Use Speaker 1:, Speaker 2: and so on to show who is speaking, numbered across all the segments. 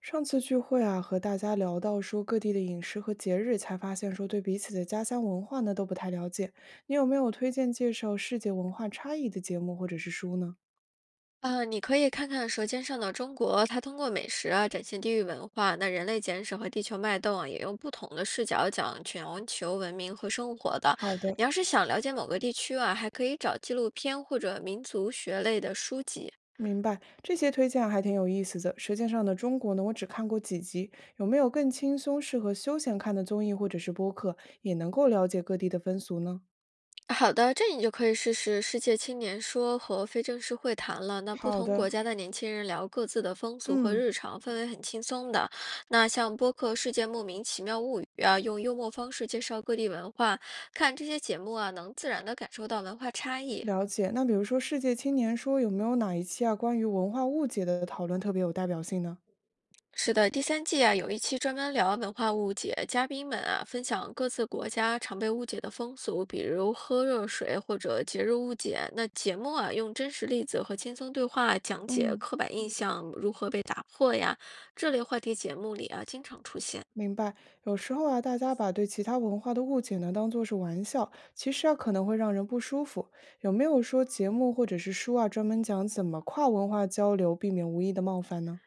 Speaker 1: 上次聚会啊，和大家聊到说各地的饮食和节日，才发现说对彼此的家乡文化呢都不太了解。你有没有推荐介绍世界文化差异的节目或者是书呢？
Speaker 2: 你可以看看《舌尖上的中国》，它通过美食啊展现地域文化。那《人类简史》和《地球脉动》啊，也用不同的视角讲全球文明和生活的。
Speaker 1: 好的，
Speaker 2: 你要是想了解某个地区啊，还可以找纪录片或者民族学类的书籍。
Speaker 1: 明白。这些推荐啊还挺有意思的。《舌尖上的中国》呢，我只看过几集，有没有更轻松、适合休闲看的综艺或者是播客，也能够了解各地的风俗呢？
Speaker 2: 好的，这你就可以试试世界青年说和非正式会谈了。那不
Speaker 1: 好
Speaker 2: 同
Speaker 1: 的，
Speaker 2: 国家的年轻人聊各自的风俗和
Speaker 1: 嗯，
Speaker 2: 日常，氛围很轻松的。那像播客《世界莫名其妙物语》啊，用幽默方式介绍各地文化，看这些节目啊，能自然的感受到文化差异。
Speaker 1: 了解。那比如说《世界青年说》，有没有哪一期啊关于文化误解的讨论特别有代表性呢？
Speaker 2: 是的，第三季啊，有一期专门聊文化误解，嘉宾们啊分享各自国家常被误解的风俗，比如喝热水或者节日误解。那节目啊，用真实例子和轻松对话讲解
Speaker 1: 嗯。
Speaker 2: 刻板印象如何被打破呀，这类话题节目里啊经常出现。
Speaker 1: 明白，有时候啊，大家把对其他文化的误解呢，当做是玩笑，其实啊，可能会让人不舒服。有没有说节目或者是书啊，专门讲怎么跨文化交流，避免无意的冒犯呢？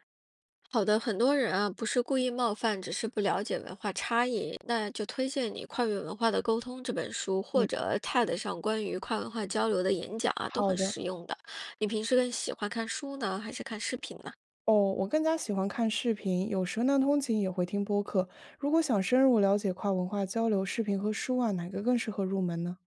Speaker 2: 好的，很多人啊不是故意冒犯，只是不了解文化差异，那就推荐你《跨越文化的沟通》这本书，或者 TED 上关于跨文化交流的演讲啊，都
Speaker 1: 好
Speaker 2: 很
Speaker 1: 的，
Speaker 2: 实用的。你平时更喜欢看书呢，还是看视频呢？
Speaker 1: 哦，我更加喜欢看视频，有时呢，通勤也会听播客。如果想深入了解跨文化交流，视频和书啊，哪个更适合入门呢？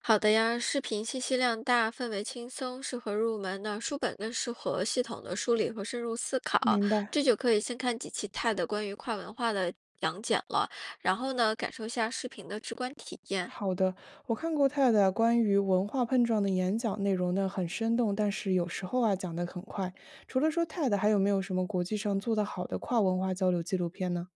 Speaker 2: 好的呀，视频信息量大，氛围轻松，适合入门那书本更适合系统的梳理和深入思考，
Speaker 1: 明白。
Speaker 2: 这就可以先看几期 TED 关于跨文化的讲解了，然后呢，感受一下视频的直观体验。
Speaker 1: 好的，我看过泰的关于文化碰撞的演讲，内容呢很生动，但是有时候啊讲得很快。除了说 t e 还有没有什么国际上做得好的跨文化交流纪录片呢？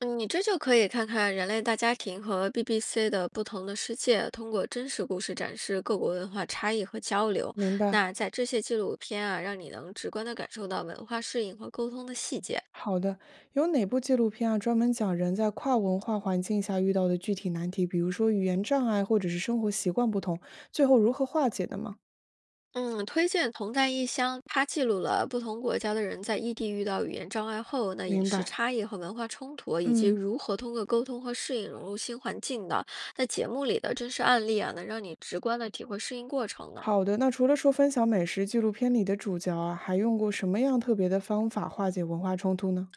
Speaker 2: 嗯，你这就可以看看《人类大家庭》和 BBC 的《不同的世界》，通过真实故事展示各国文化差异和交流。
Speaker 1: 明白。
Speaker 2: 那在这些纪录片啊，让你能直观地感受到文化适应和沟通的细节。
Speaker 1: 好的，有哪部纪录片啊专门讲人在跨文化环境下遇到的具体难题，比如说语言障碍或者是生活习惯不同，最后如何化解的吗？
Speaker 2: 嗯，推荐《同在异乡》，它记录了不同国家的人在异地遇到语言障碍后，那饮
Speaker 1: 明
Speaker 2: 食
Speaker 1: 白。
Speaker 2: 差异和文化冲突，以及
Speaker 1: 嗯，
Speaker 2: 如何通过沟通和适应融入新环境的。那节目里的真实案例啊，能让你直观地体会适应过程呢。
Speaker 1: 好的。那除了说分享美食，纪录片里的主角啊还用过什么样特别的方法化解文化冲突呢？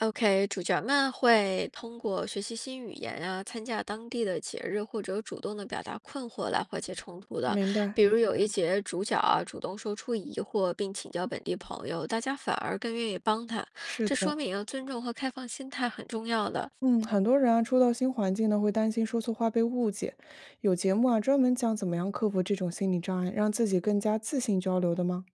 Speaker 2: OK，主角们会通过学习新语言啊，参加当地的节日，或者主动的表达困惑来化解冲突的。
Speaker 1: 明白。
Speaker 2: 比如有一节主角啊，主动说出疑惑，并请教本地朋友，大家反而更愿意帮他。
Speaker 1: 是
Speaker 2: 这
Speaker 1: 的，
Speaker 2: 说明啊，尊重和开放心态很重要的。
Speaker 1: 嗯，很多人啊，初到新环境呢，会担心说错话被误解。有节目啊，专门讲怎么样克服这种心理障碍，让自己更加自信交流的吗？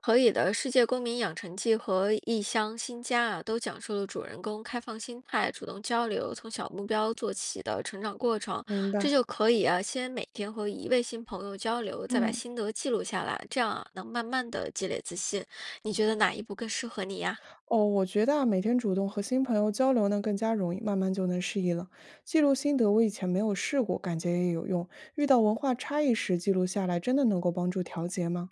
Speaker 2: 可以的，《世界公民养成记》和《异乡新家》啊，都讲述了主人公开放心态、主动交流、从小目标做起的成长过程。
Speaker 1: 明
Speaker 2: 这
Speaker 1: 白，
Speaker 2: 就可以啊，先每天和一位新朋友交流，再把
Speaker 1: 嗯，
Speaker 2: 心得记录下来，这样啊，能慢慢的积累自信。你觉得哪一步更适合你呀、
Speaker 1: 哦，我觉得啊，每天主动和新朋友交流呢，更加容易，慢慢就能适应了。记录心得，我以前没有试过，感觉也有用。遇到文化差异时，记录下来，真的能够帮助调节吗？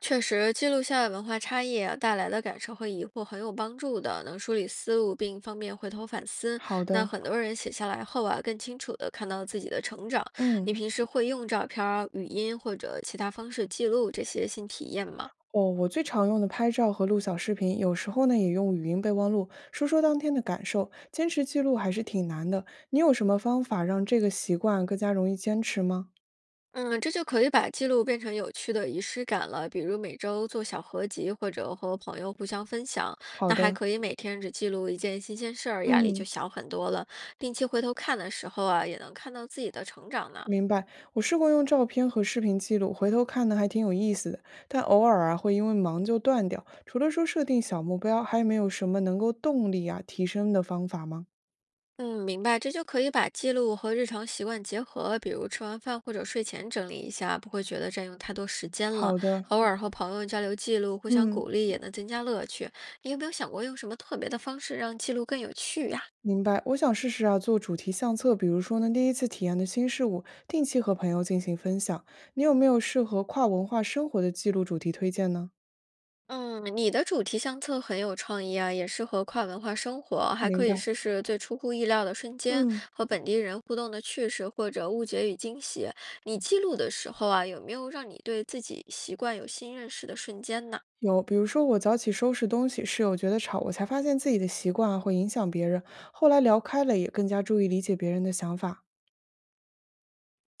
Speaker 2: 确实，记录下文化差异啊带来的感受和疑惑很有帮助的，能梳理思路并方便回头反思。
Speaker 1: 好
Speaker 2: 那
Speaker 1: 的。
Speaker 2: 很多人写下来后啊，更清楚的看到自己的成长。
Speaker 1: 嗯。
Speaker 2: 你平时会用照片儿、语音或者其他方式记录这些新体验吗？
Speaker 1: 哦，我最常用的拍照和录小视频，有时候呢也用语音备忘录说说当天的感受，坚持记录还是挺难的。你有什么方法让这个习惯更加容易坚持吗？
Speaker 2: 嗯，这就可以把记录变成有趣的仪式感了，比如每周做小合集，或者和朋友互相分享。
Speaker 1: 好
Speaker 2: 那还
Speaker 1: 的，
Speaker 2: 可以每天只记录一件新鲜事儿，压力就
Speaker 1: 嗯，
Speaker 2: 小很多了。定期回头看的时候啊，也能看到自己的成长呢。
Speaker 1: 明白。我试过用照片和视频记录，回头看呢还挺有意思的，但偶尔啊会因为忙就断掉。除了说设定小目标，还有没有什么能够动力啊提升的方法吗？
Speaker 2: 嗯，明白，这就可以把记录和日常习惯结合，比如吃完饭或者睡前整理一下，不会觉得占用太多时间了。
Speaker 1: 好的，
Speaker 2: 偶尔和朋友交流记录，互相
Speaker 1: 嗯。
Speaker 2: 鼓励，也能增加乐趣。你有没有想过用什么特别的方式让记录更有趣呀？
Speaker 1: 明白，我想试试啊，做主题相册，比如说呢，第一次体验的新事物，定期和朋友进行分享。你有没有适合跨文化生活的记录主题推荐呢？
Speaker 2: 嗯，你的主题相册很有创意啊，也适合跨文化生活，还
Speaker 1: 明
Speaker 2: 可以
Speaker 1: 白，
Speaker 2: 试试最出乎意料的瞬间
Speaker 1: 嗯，
Speaker 2: 和本地人互动的趣事，或者误解与惊喜。你记录的时候啊，有没有让你对自己习惯有新认识的瞬间呢？
Speaker 1: 有，比如说我早起收拾东西，室友觉得吵，我才发现自己的习惯啊会影响别人，后来聊开了，也更加注意理解别人的想法。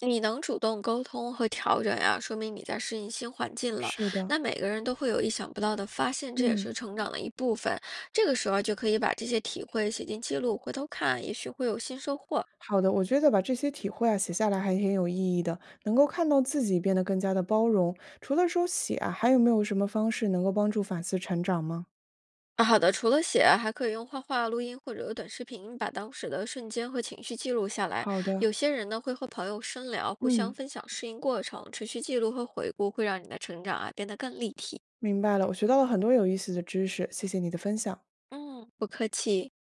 Speaker 2: 你能主动沟通和调整呀、说明你在适应新环境了。
Speaker 1: 是的，
Speaker 2: 那每个人都会有意想不到的发现，这也
Speaker 1: 嗯，
Speaker 2: 是成长的一部分。这个时候就可以把这些体会写进记录，回头看，也许会有新收获。
Speaker 1: 好的，我觉得把这些体会啊写下来还挺有意义的，能够看到自己变得更加的包容。除了说写啊，还有没有什么方式能够帮助反思成长吗？
Speaker 2: 啊，好的，除了写，还可以用画画、录音或者短视频，把当时的瞬间和情绪记录下来。
Speaker 1: 好
Speaker 2: 有
Speaker 1: 的，
Speaker 2: 些人呢会和朋友深聊，互相
Speaker 1: 嗯，
Speaker 2: 分享适应过程，持续记录和回顾，会让你的成长啊变得更立体。
Speaker 1: 明白了，我学到了很多有意思的知识，谢谢你的分享。
Speaker 2: 嗯，不客气。